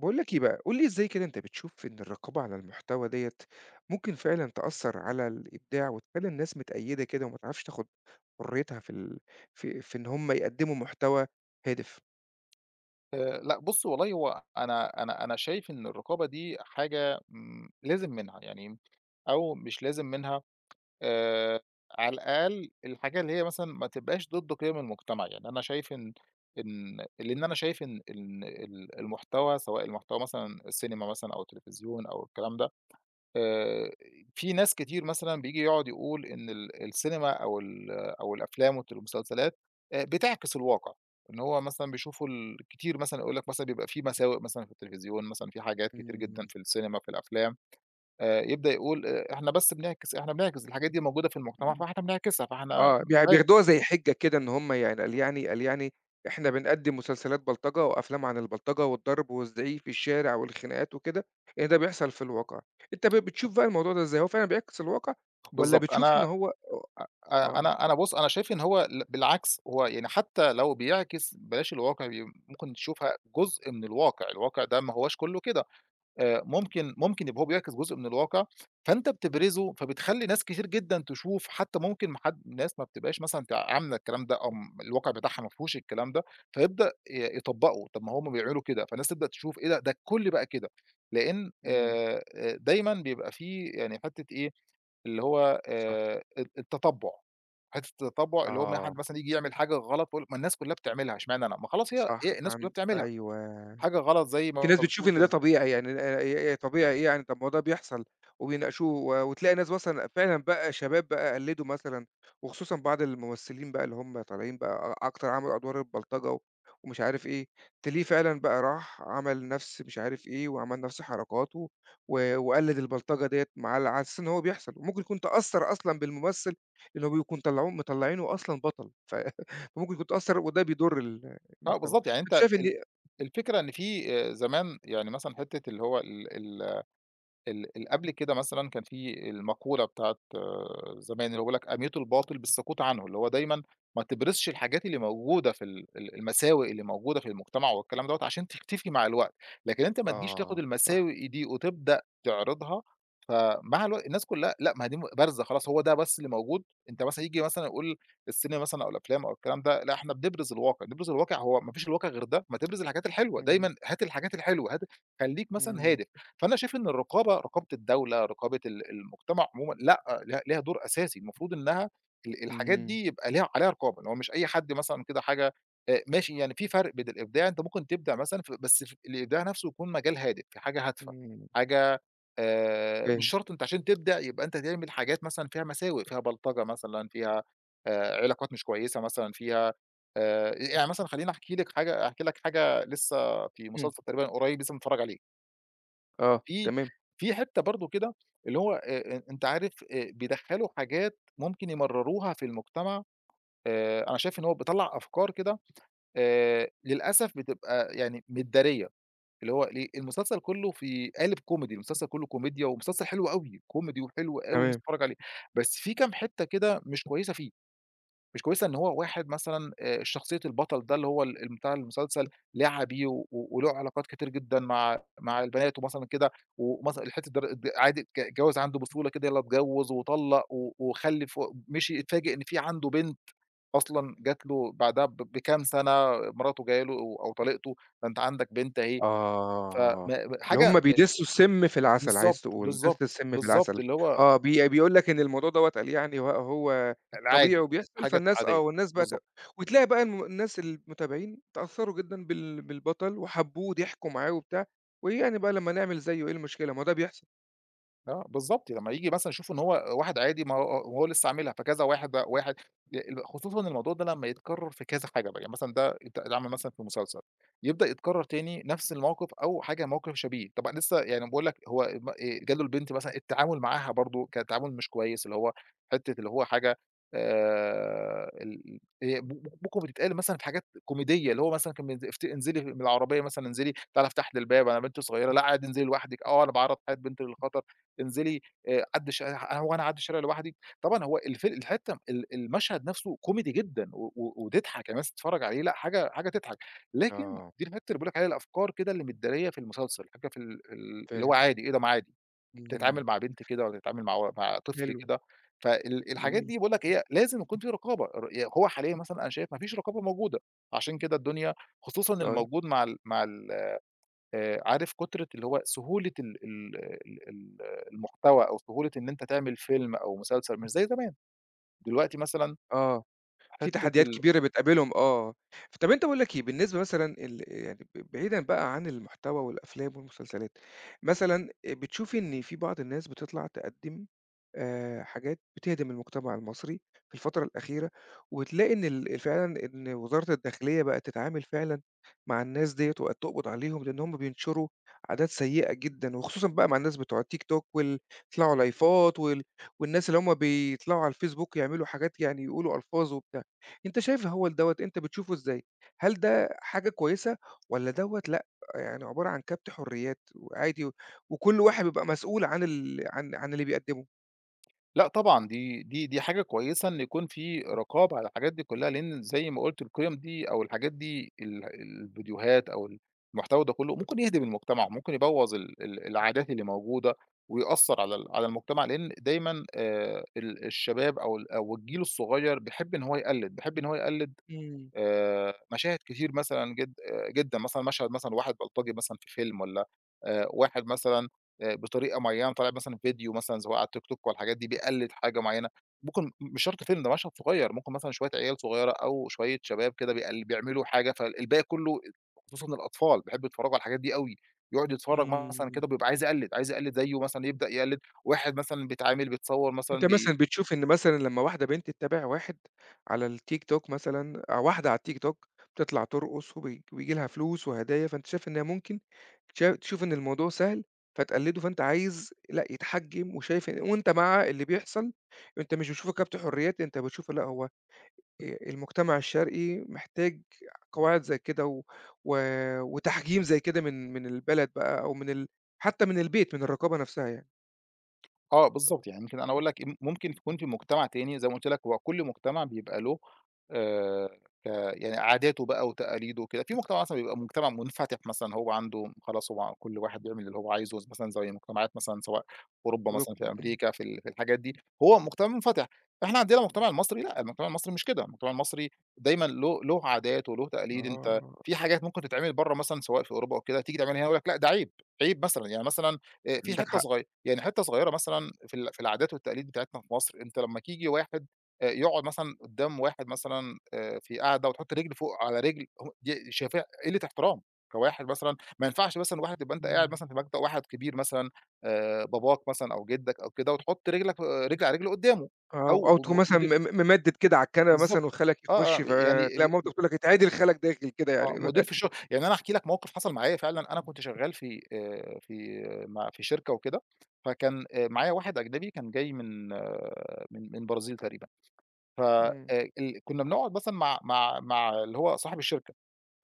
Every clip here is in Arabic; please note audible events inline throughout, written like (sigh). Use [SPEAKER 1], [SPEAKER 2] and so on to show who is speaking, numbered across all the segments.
[SPEAKER 1] باقول لك إيه بقى، قُل لي إزاي كده أنت بتشوف إن الرقابة على المحتوى ديّة ممكن فعلًا تأثّر على الإبداع وتخلّي الناس متقيّدة كده وما تعرفش تاخُد حريتها في ال في في إن هم يقدّموا محتوى هادف؟
[SPEAKER 2] لأ، بُص والله، هو أنا أنا أنا شايف إن الرقابة دي حاجة لازم منها يعني، أو مش لازم منها. آآ على الأقل الحاجة اللي هي مثلًا ما تبقاش ضد قِيَم المجتمع. يعني أنا شايف إن لإن أنا شايف إن المحتوى، سواء المحتوى مثلًا السينما، مثلًا أو التلفزيون، أو الكلام ده. آآ في ناس كتير مثلًا بييجي يقعد يقول إن السينما أو الأفلام المسلسلات بتعكس الواقع. إن هو مثلًا بيشوفوا كتير مثلًا يقول لك مثلًا بيبقى في مساوئ مثلًا في التلفزيون، مثلًا في حاجات كتير جدًا
[SPEAKER 1] إمم.
[SPEAKER 2] في السينما، في الأفلام. يبدأ يقول، إحنا بنعكس الحاجات دي، موجودة في المجتمع
[SPEAKER 1] إمم.
[SPEAKER 2] فإحنا بنعكسها، فإحنا
[SPEAKER 1] آه،
[SPEAKER 2] عادي.
[SPEAKER 1] بياخدوها زي حِجّة كده إن هم يعني قال يعني إحنا بنقدّم مسلسلات بلطجة وأفلام عن البلطجة والضرب والزعيق في الشارع والخناقات وكده، إن ده بيحصل في الواقع. أنت بتشوف بقى الموضوع ده إزاي، هو فعلًا بيعكس الواقع والّا
[SPEAKER 2] بالضبط.
[SPEAKER 1] بتشوف
[SPEAKER 2] أنا،
[SPEAKER 1] إن هو.
[SPEAKER 2] أ
[SPEAKER 1] آه.
[SPEAKER 2] أنا أنا بُص، أنا شايف إن هو، بالعكس. هو يعني حتى لو بيعكس، بلاش الواقع، ممكن تشوفها جزء من الواقع، الواقع ده ما هواش كلّه كده. ممكن يبقى هو بيعكس جزء من الواقع، فأنت بتبرزه، فبتخلّي ناس كتير جدًا تشوف. حتى ممكن ما حد، ناس ما بتبقاش مثلًا عاملة الكلام ده، أو الواقع بتاعها ما فيهوش الكلام ده، فيبدأ يطبّقه. طب ما هُم بيعملوا كده، فالناس تبدأ تشوف، إيه ده، ده الكل بقى كده. لإن
[SPEAKER 1] إمم،
[SPEAKER 2] دايمًا بيبقى في يعني حتّة إيه، اللي هو
[SPEAKER 1] صح.
[SPEAKER 2] التتبُّع. حتّة التتبُّع، اللي هو ما حد
[SPEAKER 1] آه،
[SPEAKER 2] مثلًا ييجي يعمل حاجة غلط، فيقول لك ما الناس كلها بتعملها، اشمعنى أنا، ما خلاص،
[SPEAKER 1] صح
[SPEAKER 2] هي الناس كلها
[SPEAKER 1] عن
[SPEAKER 2] بتعملها،
[SPEAKER 1] أيوه،
[SPEAKER 2] حاجة غلط زي
[SPEAKER 1] في
[SPEAKER 2] ما
[SPEAKER 1] ناس بتشوف
[SPEAKER 2] بتقول
[SPEAKER 1] إن ده
[SPEAKER 2] كده.
[SPEAKER 1] طبيعي يعني ي طبيعي إيه يعني، طب ما هو ده بيحصل وبيناقشوه و وتلاقي ناس مثلًا فعلًا بقى شباب بقى قلّدوا مثلًا، وخصوصًا بعض الممثلين بقى اللي هم طالعين بقى أكتر عملوا أدوار البلطجة و ومش عارف إيه، تلاقيه فعلًا بقى راح عمل نفس مش عارف إيه، وعمل نفس حركاته و وقلّد البلطجة ديّة مع على أساس إن هو بيحصل، وممكن يكون تأثّر أصلًا بالممثل اللي هو بيكون مطلعينه أصلًا بطل، (laughs) فممكن يكون اتأثّر وده بيضر
[SPEAKER 2] آه
[SPEAKER 1] المجتمع.
[SPEAKER 2] بالضبط. يعني أنت،
[SPEAKER 1] كنت شايف إن،
[SPEAKER 2] ال الفكرة، إن في زمان، يعني مثلًا حتّة اللي هو ال ال ال ال قبل كده، مثلًا كان في المقولة بتاعة، زمان، اللي هو بيقول لك: "أميتُ الباطل بالسكوت عنه." اللي هو دايمًا ما تبرزش الحاجات اللي موجودة في ال ال المساوئ اللي موجودة في المجتمع والكلام دوّة، عشان تختفي مع الوقت. لكن أنت ما تجيش تاخد
[SPEAKER 1] آه، صح.
[SPEAKER 2] المساوئ دي وتبدأ تعرضها، فمع الوقت الناس كلها، لأ ما هي دي بارزة، خلاص هو ده بس اللي موجود. أنت مثلًا ييجي مثلًا يقول: السينما مثلًا أو الأفلام أو الكلام ده، لأ إحنا بنبرز الواقع. نبرز الواقع، هو ما فيش الواقع غير ده. ما تبرز الحاجات الحلوة،
[SPEAKER 1] إمم،
[SPEAKER 2] دايمًا هات الحاجات الحلوة، هات خلّيك مثلًا
[SPEAKER 1] إمم،
[SPEAKER 2] هادف. فأنا شايف إن الرقابة، رقابة الدولة، رقابة المجتمع عمومًا، لأ، ليها دور أساسي، المفروض إنها الحاجات
[SPEAKER 1] إمم،
[SPEAKER 2] دي يبقى ليها عليها رقابة، اللي هو مش أي حد مثلًا كده حاجة. ماشي، يعني في فرق بين الإبداع. أنت ممكن تبدع مثلًا، بس الإبداع نفسه يكون مجال هادئ، في حاجة هادفة،
[SPEAKER 1] إمم،
[SPEAKER 2] حاجة مش
[SPEAKER 1] فاهم،
[SPEAKER 2] شرط أنت عشان تبدع يبقى أنت تعمل حاجات مثلًا فيها مساوئ، فيها بلطجة مثلًا، فيها علاقات مش كويسة مثلًا، فيها يعني مثلًا. خلّيني أحكي لك حاجة، لسه في
[SPEAKER 1] إمم،
[SPEAKER 2] مسلسل تقريبًا قريب لسه متفرّج عليه.
[SPEAKER 1] آه،
[SPEAKER 2] في
[SPEAKER 1] تمام،
[SPEAKER 2] حتّة برضه كده، اللي هو أنت عارف، بيدخّلوا حاجات ممكن يمرّروها في المجتمع. أنا شايف إن هو بيطلّع أفكار كده، للأسف بتبقى يعني مدّارية. اللي هو، ليه المسلسل كُلّه في قالب كوميدي، المسلسل كُلّه كوميديا ومسلسل حلو أوي، كوميدي وحلو أوي نفسي
[SPEAKER 1] تمام،
[SPEAKER 2] أتفرّج عليه، بس في كام حتّة كده مش كويسة فيه. مش كويسة، إن هو واحد مثلًا، شخصية البطل ده اللي هو ال ال بتاع المسلسل، لعب بيه وله علاقات كتير جدًا مع البنات، ومثلًا كده، ومثلًا الحتّة در د عادي، الجواز عنده بسهولة كده، يالّا اتجوّز وطلّق وخلِّف و مشي، اتفاجئ إن في عنده بنت أصلًا جات له بعدها بكام سَنة، مراته جاية له أو أو طليقته: "ده أنت عندك بنت أهي." فما
[SPEAKER 1] آه، اللي
[SPEAKER 2] حاجة
[SPEAKER 1] هُم بيدسّوا السم في العسل عايز
[SPEAKER 2] بالضبط،
[SPEAKER 1] تقول، دسّ
[SPEAKER 2] بالضبط،
[SPEAKER 1] السم في
[SPEAKER 2] بالضبط.
[SPEAKER 1] العسل،
[SPEAKER 2] اللي هو
[SPEAKER 1] آه، بيقول لك إن الموضوع دوّة قال يعني هو هو طبيعي
[SPEAKER 2] العادي،
[SPEAKER 1] وبيحصل،
[SPEAKER 2] حاجة
[SPEAKER 1] فالناس
[SPEAKER 2] عادية،
[SPEAKER 1] آه، والناس بقى ت.
[SPEAKER 2] بالضبط.
[SPEAKER 1] وتلاقي بقى الناس المتابعين اتأثّروا جدًا بالبطل وحبّوه وضحكوا معاه وبتاع، وإيه يعني بقى لمّا نعمل زيّه إيه المشكلة، ما هو ده بيحصل،
[SPEAKER 2] آه بالضبط، لمّا ييجي مثلًا يشوفوا إن هو واحد عادي. ما هو وهو لسه عاملها، فكذا واحد، بقى واحد خصوصًا الموضوع ده لمّا يتكرر في كذا حاجة بقى. يعني مثلًا ده اتعمل مثلًا في مسلسل، يبدأ يتكرر تاني نفس الموقف أو حاجة موقف شبيه. طبعًا لسه يعني باقول لك، هو م جاله البنت، مثلًا التعامل معاها برضه كان تعامل مش كويس. اللي هو حتة، اللي هو حاجة هي ممكن بتتقال مثلًا في حاجات كوميدية، اللي هو مثلًا كان بينز افت انزلي من العربية مثلًا، انزلي تعالي افتح لي الباب، أنا بنت صغيرة، لأ عادي انزلي لوحدِك، آه أنا باعرّض حياة بنتي للخطر. انزلي عدّي هو أنا أعدّي الشارع لوحدي؟ طبعًا هو الحتّة المشهد نَفْسه كوميدي جدًا، و و وتضحك، يعني الناس تتفرّج عليه، لأ، حاجة تضحك، لكن
[SPEAKER 1] آه،
[SPEAKER 2] دي الحتّة اللي باقول لك عليها، الأفكار كده اللي متدارية في المسلسل، حاجة في ال ال اللي هو
[SPEAKER 1] فاهم،
[SPEAKER 2] عادي، إيه ده، ما عادي، بتتعامل
[SPEAKER 1] إمم،
[SPEAKER 2] مع بنت كده والّا بتتعامل مع مع طفل
[SPEAKER 1] حلو،
[SPEAKER 2] كده. الحاجات
[SPEAKER 1] جميل،
[SPEAKER 2] دي باقول لك، هي لازم يكون في رقابة. يعني هو حاليًا مثلًا أنا شايف ما فيش رقابة موجودة، عشان كده الدنيا، خصوصًا
[SPEAKER 1] طيب،
[SPEAKER 2] الموجود مع ال مع ال عارف، كُترة اللي هو سهولة ال ال ال ال المحتوى، أو سهولة إن أنت تعمل فيلم أو مسلسل مش زي زمان. دلوقتي مثلًا،
[SPEAKER 1] آه. في
[SPEAKER 2] حتّة
[SPEAKER 1] تحديات
[SPEAKER 2] ال
[SPEAKER 1] كبيرة بتقابلهم آه. طَب أنت باقول لك إيه، بالنسبة مثلًا ال يعني ب بعيدًا بقى عن المحتوى والأفلام والمسلسلات، مثلًا بتشوف إن في بعض الناس بتطلع تقدّم حاجات بتهدم المجتمع المصري في الفترة الأخيرة، وتلاقي إن فعلًا إن وزارة الداخلية بقت تتعامل فعلًا مع الناس ديّة وبقت تقبض عليهم، لإن هم بينشروا عادات سيئة جدًا، وخصوصًا بقى مع الناس بتوع التيك توك يطلعوا لايفات والناس اللي هم بيطلعوا على الفيسبوك يعملوا حاجات يعني يقولوا ألفاظ وبتاع. أنت شايف الهوّل دوّة أنت بتشوفه إزاي؟ هل ده حاجة كويسة والّا دوّة لأ، يعني عبارة عن كبت حريات وعادي وكل واحد بيبقى مسؤول عن ال عن عن اللي بيقدّمه؟
[SPEAKER 2] لأ طبعًا، دي حاجة كويسة إن يكون في رقابة على الحاجات دي كلّها. لإن زي ما قُلت، القِيَم دي أو الحاجات دي الفيديوهات أو المحتوى ده كلّه ممكن يهدم المجتمع، ممكن يبوّظ ال ال العادات اللي موجودة، ويأثّر على على المجتمع. لإن دايمًا الشباب أو الجيل الصغير بيحب إن هو يقلِّد، بيحب إن هو يقلِّد
[SPEAKER 1] إمم،
[SPEAKER 2] مشاهد كتير مثلًا، جد آه، جدًا. مثلًا مشهد مثلًا واحد بلطجي مثلًا في فيلم، والّا واحد مثلًا بطريقة معيّنة، طالع مثلًا في فيديو مثلًا، سواء على التيك توك والحاجات دي، بيقلد حاجة معيّنة. ممكن مش شرط فيلم ده، مشهد صغيّر، ممكن مثلًا شوية عيال صغيّرة أو شوية شباب كده بيعملوا حاجة، فالباقي كلّه، خصوصًا الأطفال بيحبّوا يتفرّجوا على الحاجات دي أوي. يقعد يتفرّج مثلًا
[SPEAKER 1] إمم.
[SPEAKER 2] كده، بيبقى عايز يقلد، عايز يقلد زيه مثلًا، يبدأ يقلد. واحد مثلًا بيتعامل بيتصوّر مثلًا
[SPEAKER 1] أنت مثلًا بتشوف إن مثلًا لمّا واحدة بنت تتابع واحد على الTikTok مثلًا أو واحدة على الTikTok بتطلع ترقص وبييجي لها فلوس وهدايا، فأنت شايف إنها ممكن تشوف إن الموضوع سهل فتقلده، فأنت عايز لأ يتحجم وشايف إن وأنت مع اللي بيحصل، أنت مش بتشوفه كبت حريات، أنت بتشوفه لأ هو المجتمع الشرقي محتاج قواعد زي كده و و وتحجيم زي كده من البلد بقى أو من ال حتى من البيت، من الرقابة نفسها يعني.
[SPEAKER 2] آه بالضبط. يعني يمكن أنا أقول لك، ممكن تكون في مجتمع تاني زي ما قُلت لك. هو كل مجتمع بيبقى له آآ ك يعني عاداته بقى وتقاليده وكده. في مجتمع مثلًا بيبقى مجتمع منفتح مثلًا، هو عنده خلاص، هو كل واحد بيعمل اللي هو عايزه مثلًا، زي مجتمعات مثلًا، سواء أوروبا
[SPEAKER 1] وبيك
[SPEAKER 2] مثلًا، في
[SPEAKER 1] إمم،
[SPEAKER 2] أمريكا، في في الحاجات دي، هو مجتمع منفتح. إحنا عندنا المجتمع المصري لأ، المجتمع المصري مش كده، المجتمع المصري دايمًا له، له عادات وله تقاليد. أنت
[SPEAKER 1] آه،
[SPEAKER 2] في حاجات ممكن تتعمل برّه مثلًا، سواء في أوروبا أو كده، تيجي تعملها هنا يقول لك لأ ده عيب، عيب مثلًا. يعني مثلًا في
[SPEAKER 1] عندك
[SPEAKER 2] حتة
[SPEAKER 1] حق.
[SPEAKER 2] صغ يعني حتّة صغيّرة مثلًا في في العادات والتقاليد بتاعتنا في مصر. أنت لمّا ييجي واحد يقعد مثلًا قدّام واحد مثلًا، في قعدة وتحط رجل فوق على رجل، هو دي شايفاها قلّة احترام. كواحد مثلًا ما ينفعش مثلًا واحد، تبقى أنت قاعد
[SPEAKER 1] إمم.
[SPEAKER 2] مثلًا في مكتب واحد كبير مثلًا، باباك مثلًا أو جدّك أو كده، وتحط رجلك، رجل على رجل قدّامه،
[SPEAKER 1] آه، أو
[SPEAKER 2] أو
[SPEAKER 1] تكون مثلًا م
[SPEAKER 2] مدير.
[SPEAKER 1] م ممدّد كده على الكنبة
[SPEAKER 2] بالضبط،
[SPEAKER 1] مثلًا وخالك
[SPEAKER 2] آه،
[SPEAKER 1] يخُش
[SPEAKER 2] آه، يعني
[SPEAKER 1] فتلاقي
[SPEAKER 2] ب
[SPEAKER 1] مامتك بتقول لك: "اتعدل خالك داخل" كده
[SPEAKER 2] آه،
[SPEAKER 1] يعني
[SPEAKER 2] مدير في
[SPEAKER 1] (laughs)
[SPEAKER 2] الشغل. يعني أنا هاحكي لك موقف حصل معايا فعلًا، أنا
[SPEAKER 1] إمم.
[SPEAKER 2] كنت شغال في شركة وكده. فكان معايا واحد أجنبي كان جاي من، البرازيل تقريبًا. ف
[SPEAKER 1] إمم،
[SPEAKER 2] ال كنا بنقعد مثلًا مع اللي هو صاحب الشركة.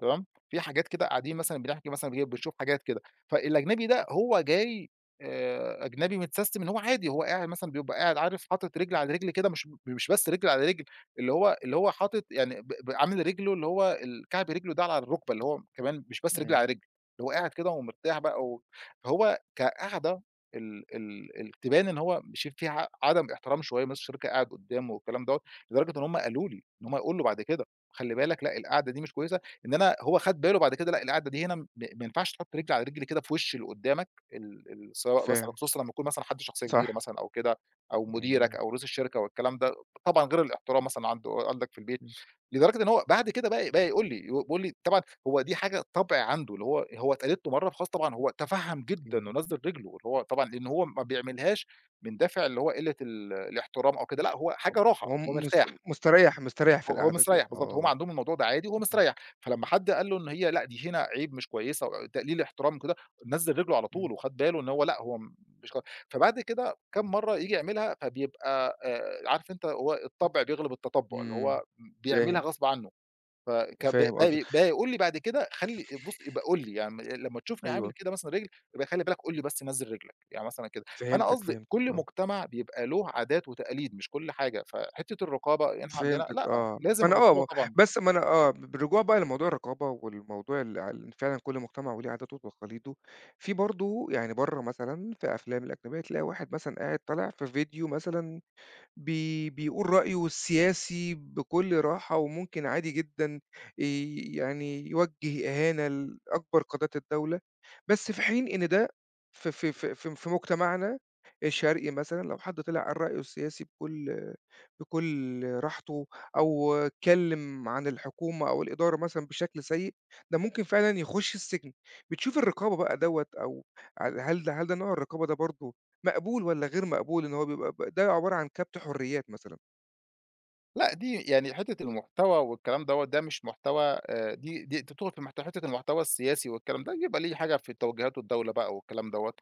[SPEAKER 2] تمام، في حاجات كده قاعدين مثلًا بنحكي مثلًا بنشوف حاجات كده. فالأجنبي ده هو جاي أجنبي متسيستم إن هو عادي، هو قاعد مثلًا، بيبقى قاعد، عارف، حاطط رجل على رجل كده، مش بس رجل على رجل، اللي هو حاطط يعني ب ب عامل رجله، اللي هو كعب رجله ده على الركبة، اللي هو كمان مش بس رجل على
[SPEAKER 1] إمم،
[SPEAKER 2] رجل، اللي هو قاعد كده ومرتاح بقى. فهو كقعدة، ال ال ال تبان إن هو مش فيها عدم احترام شوية، مدير الشركة قاعد قدامه والكلام دوّة، لدرجة إن هم قالوا لي، إن هم يقولوا له بعد كده: خلي بالك لأ، القعدة دي مش كويسة. إن أنا، هو خَد باله بعد كده لأ، القعدة دي هنا ما ينفعش تحُط رِجل على رِجل كده في وِش اللي قُدّامك، ال ال سواء مثلًا،
[SPEAKER 1] فاهم،
[SPEAKER 2] خصوصًا لمّا يكون مثلًا حد شخصية
[SPEAKER 1] صح.
[SPEAKER 2] كبيرة مثلًا أو كده، أو مديرك
[SPEAKER 1] إمم،
[SPEAKER 2] أو رئيس الشركة والكلام ده. طبعًا غير الاحترام مثلًا عنده، عندك في البيت.
[SPEAKER 1] إمم،
[SPEAKER 2] لدرجة إن هو بعد كده بقى بقى يقول لي، بيقول لي طبعًا، هو دي حاجة طَبْع عنده، اللي هو، هو اتقالت له مرّه فخلاص، طبعًا هو تفهَّم جدًا
[SPEAKER 1] إمم.
[SPEAKER 2] ونزّل رِجله. اللي هو طبعًا لإن هو ما بيعملهاش من دافع اللي هو قِلّة الاحترام أو كده، لأ هو حاجة راحة،
[SPEAKER 1] هو
[SPEAKER 2] هو
[SPEAKER 1] م مس
[SPEAKER 2] مرتاح.
[SPEAKER 1] مستريّح مستريّح في
[SPEAKER 2] هو
[SPEAKER 1] القعدة دي
[SPEAKER 2] مستريّح بالضبط، هُم
[SPEAKER 1] آه،
[SPEAKER 2] عندهم الموضوع ده عادي وهو
[SPEAKER 1] إمم،
[SPEAKER 2] مستريّح. فلمّا حد قال له إن هي لأ دي هنا عيب، مش كويسة وتقليل احترام وكده، نزّل رجله على
[SPEAKER 1] إمم،
[SPEAKER 2] طول وخَد باله إن هو لأ، هو مش ك فبعد كده كام مرّة ييجي يعملها، فبيبقى عارف أنت، هو الطبع بيغلب التطبُع، اللي هو
[SPEAKER 1] إمم،
[SPEAKER 2] بيعملها
[SPEAKER 1] فاهم،
[SPEAKER 2] غصب عنّه. فكان بقى
[SPEAKER 1] فاهم قصدك،
[SPEAKER 2] بقى بقى يقول لي بعد كده خلّي بُص يبقى قُل لي، يعني لمّا تشوفني عامل
[SPEAKER 1] أيوه،
[SPEAKER 2] كده مثلًا رجل، يبقى خلّي بالك قُل لي بس نزّل رجلك، يعني مثلًا كده. فأنا
[SPEAKER 1] فهمتك،
[SPEAKER 2] قصدي
[SPEAKER 1] فهمتك،
[SPEAKER 2] كل
[SPEAKER 1] آه.
[SPEAKER 2] مجتمع بيبقى له عادات وتقاليد مش كل حاجة، فحتّة الرقابة هنا عندنا
[SPEAKER 1] فهمتِك
[SPEAKER 2] لأ،
[SPEAKER 1] آه،
[SPEAKER 2] لازم
[SPEAKER 1] فأنا
[SPEAKER 2] الرقابة
[SPEAKER 1] آه،
[SPEAKER 2] طبعًا.
[SPEAKER 1] بس ما أنا آه، بالرجوع بقى لموضوع الرقابة والموضوع ال ال فعلًا كل مجتمع وليه عاداته وتقاليده، في برضه يعني برّه مثلًا في أفلام الأجنبية تلاقي واحد مثلًا قاعد طالع في فيديو مثلًا بيقول رأيه السياسي بكل راحة، وممكن عادي جدًا يعني يوجّه إهانة لأكبر قادات الدولة، بس في حين إن ده في مجتمعنا الشرقي مثلًا لو حد طلع قال رأيه السياسي بكل بكل راحته، أو اتكلم عن الحكومة أو الإدارة مثلًا بشكل سيء، ده ممكن فعلًا يخش السجن. بتشوف الرقابة بقى دوّة أو هل ده هل ده نوع الرقابة ده برضه مقبول والّا غير مقبول، إن هو بيبقى ده عبارة عن كَبْت حُريّات مثلًا.
[SPEAKER 2] لأ، دي يعني حتّة المحتوى والكلام دوّة، ده مش محتوى دي تدخل في حتّة المحتوى السياسي والكلام ده، يبقى ليه حاجة في توجيهات الدولة بقى والكلام دوّة.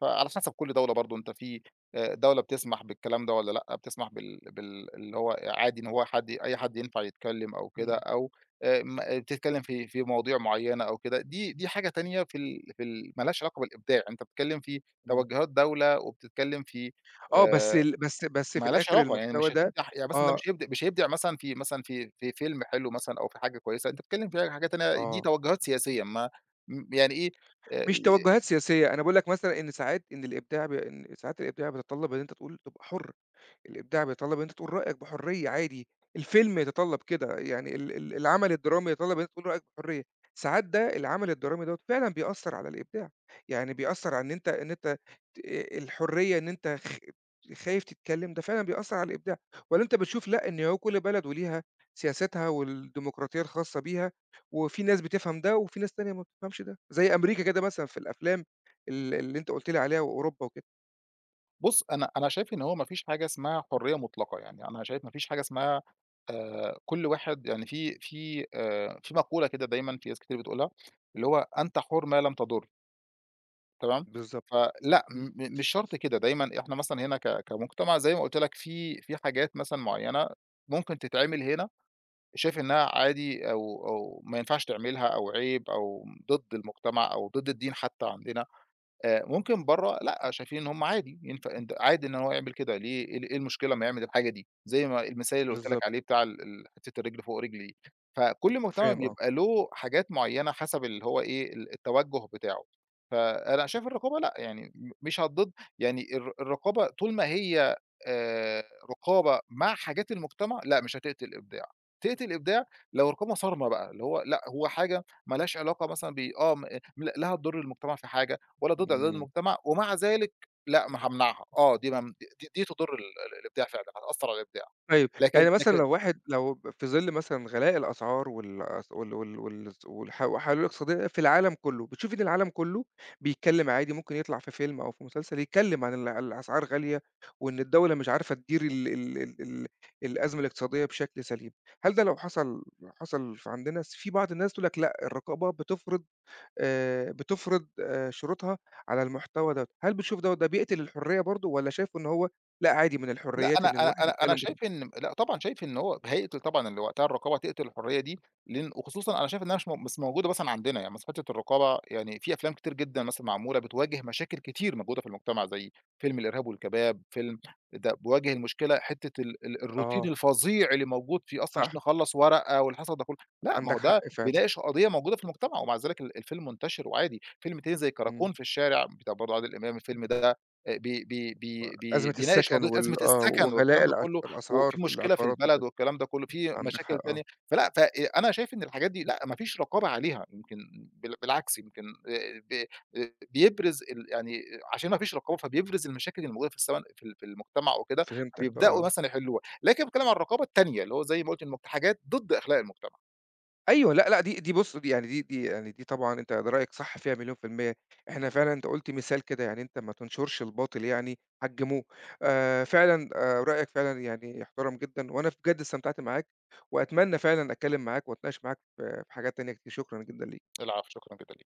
[SPEAKER 2] فعلى حسب كل دولة برضه أنت في دولة بتسمح بالكلام ده والّا لأ، بتسمح بال اللي هو عادي إن هو حد أي حد ينفع يتكلم أو كده،
[SPEAKER 1] إمم،
[SPEAKER 2] أو م آه، بتتكلم في مواضيع معيّنة أو كده، دي حاجة تانية في ال ما لهاش علاقة بالإبداع، أنت بتتكلم في
[SPEAKER 1] إمم.
[SPEAKER 2] توجهات دولة وبتتكلم في
[SPEAKER 1] آه، بس
[SPEAKER 2] آآ،
[SPEAKER 1] ال بس بس في
[SPEAKER 2] ما لهاش
[SPEAKER 1] الآخر
[SPEAKER 2] علاقة يعني
[SPEAKER 1] المحتوى
[SPEAKER 2] مش
[SPEAKER 1] ده
[SPEAKER 2] هتبدع يعني مثلًا ده
[SPEAKER 1] آه،
[SPEAKER 2] مش هيبدع مثلًا في في فيلم حلو مثلًا أو في حاجة كويسة، أنت بتتكلم في حاجة تانية دي
[SPEAKER 1] آه،
[SPEAKER 2] توجهات سياسية ما م يعني إيه آآ
[SPEAKER 1] مش توجُّهات سياسية، أنا باقول لك مثلًا إن ساعات إن الإبداع إن ساعات الإبداع بيتطلّب إن أنت تقول تبقى حُر. الإبداع بيتطلّب إن أنت تقول رأيك بحرية عادي، الفيلم يتطلّب كده، يعني ال ال العمل الدرامي يتطلّب إن أنت تقول رأيك بحرية. ساعات ده العمل الدرامي دوّة فعلًا بيأثّر على الإبداع، يعني بيأثّر على إن أنت ت الحرية إن أنت خايف تتكلّم، ده فعلًا بيأثّر على الإبداع، والّا أنت بتشوف لأ، إن هو كل بلد وليها سياستها والديمقراطية الخاصة بيها، وفي ناس بتفهم ده وفي ناس تانية ما بتفهمش ده، زي أمريكا كده مثلًا في الأفلام اللي أنت قُلت لي عليها وأوروبا وكده.
[SPEAKER 2] بُص، أنا شايف إن هو ما فيش حاجة اسمها حرية مطلقة، يعني أنا شايف ما فيش حاجة اسمها كل واحد يعني في مقولة كده دايمًا في ناس كتير بتقولها، اللي هو أنت حُر ما لم تضُر، تمام؟
[SPEAKER 1] بالضبط،
[SPEAKER 2] فلأ،
[SPEAKER 1] إمم.
[SPEAKER 2] مش شرط كده، دايمًا إحنا مثلًا هنا كمجتمع زي ما قُلت لك في حاجات مثلًا معيّنة ممكن تتعمل هنا شايف إنها عادي أو ما ينفعش تعملها أو عيب أو ضد المجتمع أو ضد الدين حتى عندنا. ممكن برّه لأ، شايفين إن هم عادي ينفع أنت عادي إن هو يعمل كده ليه إيه المشكلة أمّا يعمل الحاجة دي؟ زي ما المثال اللي قُلت لك عليه
[SPEAKER 1] بالضبط.
[SPEAKER 2] بتاع ال ال حتّة الرجل فوق رجل دي. فكل مجتمع
[SPEAKER 1] فاهم، آه.
[SPEAKER 2] بيبقى له حاجات معيّنة حسب اللي هو إيه، التوجُّه بتاعه. فأنا شايف الرقابة لأ، يعني مش هتضُر يعني الرقابة طول ما هي آآ رقابة مع حاجات المجتمع، لأ مش هتقتل الإبداع. تقتل الإبداع لو رقابة صارمة بقى، اللي هو لأ، هو حاجة ما لهاش علاقة مثلًا ب آه م لا هتضُر المجتمع في حاجة ولا ضد إعداد
[SPEAKER 1] إمم.
[SPEAKER 2] المجتمع، ومع ذلك لأ، ما هامنعها، آه، دي تضر ال ال الإبداع فعلًا، هتأثّر على الإبداع.
[SPEAKER 1] طيب،
[SPEAKER 2] لكن
[SPEAKER 1] يعني مثلًا
[SPEAKER 2] لكن
[SPEAKER 1] لو واحد لو في ظِل مثلًا غلاء الأسعار والأس وال وال والس والح والحالة الاقتصادية في العالم كُلّه، بتشوفي إن العالم كُلّه بيتكلّم عادي ممكن يطلع في فيلم أو في مسلسل يتكلّم عن الأسعار غالية وإن الدولة مش عارفة تدير ال ال ال ال الأزمة الاقتصادية بشكل سليم، هل ده لو حصل حصل في عندنا في بعض الناس تقول لك لأ، الرقابة بتفرض بتفرض شروطها على المحتوى دوّة، هل بتشوف دوّة ده بيقتل الحرية برضه والّا شايف إن هو لأ عادي من
[SPEAKER 2] لأ،
[SPEAKER 1] الحريات
[SPEAKER 2] أنا
[SPEAKER 1] إن
[SPEAKER 2] أنا
[SPEAKER 1] الواحد
[SPEAKER 2] أنا أنا
[SPEAKER 1] يتكلّم
[SPEAKER 2] شايف
[SPEAKER 1] براحته؟
[SPEAKER 2] إن لأ طبعًا شايف إن هو هيقتل طبعًا اللي وقتها الرقابة هتقتل الحرية دي، لإن وخصوصًا أنا شايف إنها مش موجودة مثلًا عندنا، يعني مثلًا حتة الرقابة يعني في أفلام كتير جدًا مثلًا معمولة بتواجه مشاكل كتير موجودة في المجتمع، زي فيلم الإرهاب والكباب، فيلم ده بيواجه المشكلة حتة ال ال الروتين
[SPEAKER 1] آه،
[SPEAKER 2] الفظيع اللي موجود في أصلًا
[SPEAKER 1] صح،
[SPEAKER 2] عشان أخلّص ورقة والحصل ده كله، لأ ما هو
[SPEAKER 1] عندك حق
[SPEAKER 2] ده
[SPEAKER 1] فعلًا،
[SPEAKER 2] بيناقش قضية موجودة في المجتمع، ومع ذلك الفيلم منتشر وعادي، فيلم تاني زي
[SPEAKER 1] إمم،
[SPEAKER 2] كراكون في الشارع بتاع برضه عادل إمام، الفيلم ده بي بي بي بي
[SPEAKER 1] أزمة
[SPEAKER 2] بيناقش
[SPEAKER 1] السكن
[SPEAKER 2] قضية أزمة
[SPEAKER 1] آه،
[SPEAKER 2] السكن والكلام
[SPEAKER 1] وغلاء
[SPEAKER 2] ده كله،
[SPEAKER 1] الأسعار
[SPEAKER 2] وفي
[SPEAKER 1] في
[SPEAKER 2] مشكلة في
[SPEAKER 1] العقارات
[SPEAKER 2] البلد
[SPEAKER 1] وكده،
[SPEAKER 2] والكلام ده كله، في
[SPEAKER 1] عندك
[SPEAKER 2] مشاكل
[SPEAKER 1] حق آه،
[SPEAKER 2] تانية، فلأ ف أنا شايف إن الحاجات دي لأ، ما فيش رقابة عليها، يمكن بالعكس يمكن ب بيبرز يعني عشان ما فيش رقابة فبيبرز المشاكل اللي موجودة في السمن في ال في المجتمع وكده،
[SPEAKER 1] فهمتك
[SPEAKER 2] فبيبدأوا
[SPEAKER 1] آه.
[SPEAKER 2] مثلًا يحلوها، لكن باتكلم عن الرقابة التانية، اللي هو زي ما قُلت حاجات ضد أخلاق المجتمع.
[SPEAKER 1] أيوه، لأ، لأ، دي بُص، دي يعني دي يعني دي طبعًا أنت رأيك صح فيها 100%، إحنا فعلًا أنت قُلت مثال كده يعني أنت ما تنشُرش الباطل يعني حجّموه، فعلًا رأيك فعلًا يعني يُحترم جدًا، وأنا بجد استمتعت معاك، وأتمنى فعلًا أتكلّم معاك وأتناقش معاك في حاجات تانية كتير، شكرًا جدًا ليك.
[SPEAKER 2] العفو، شكرًا جدًا ليكِ.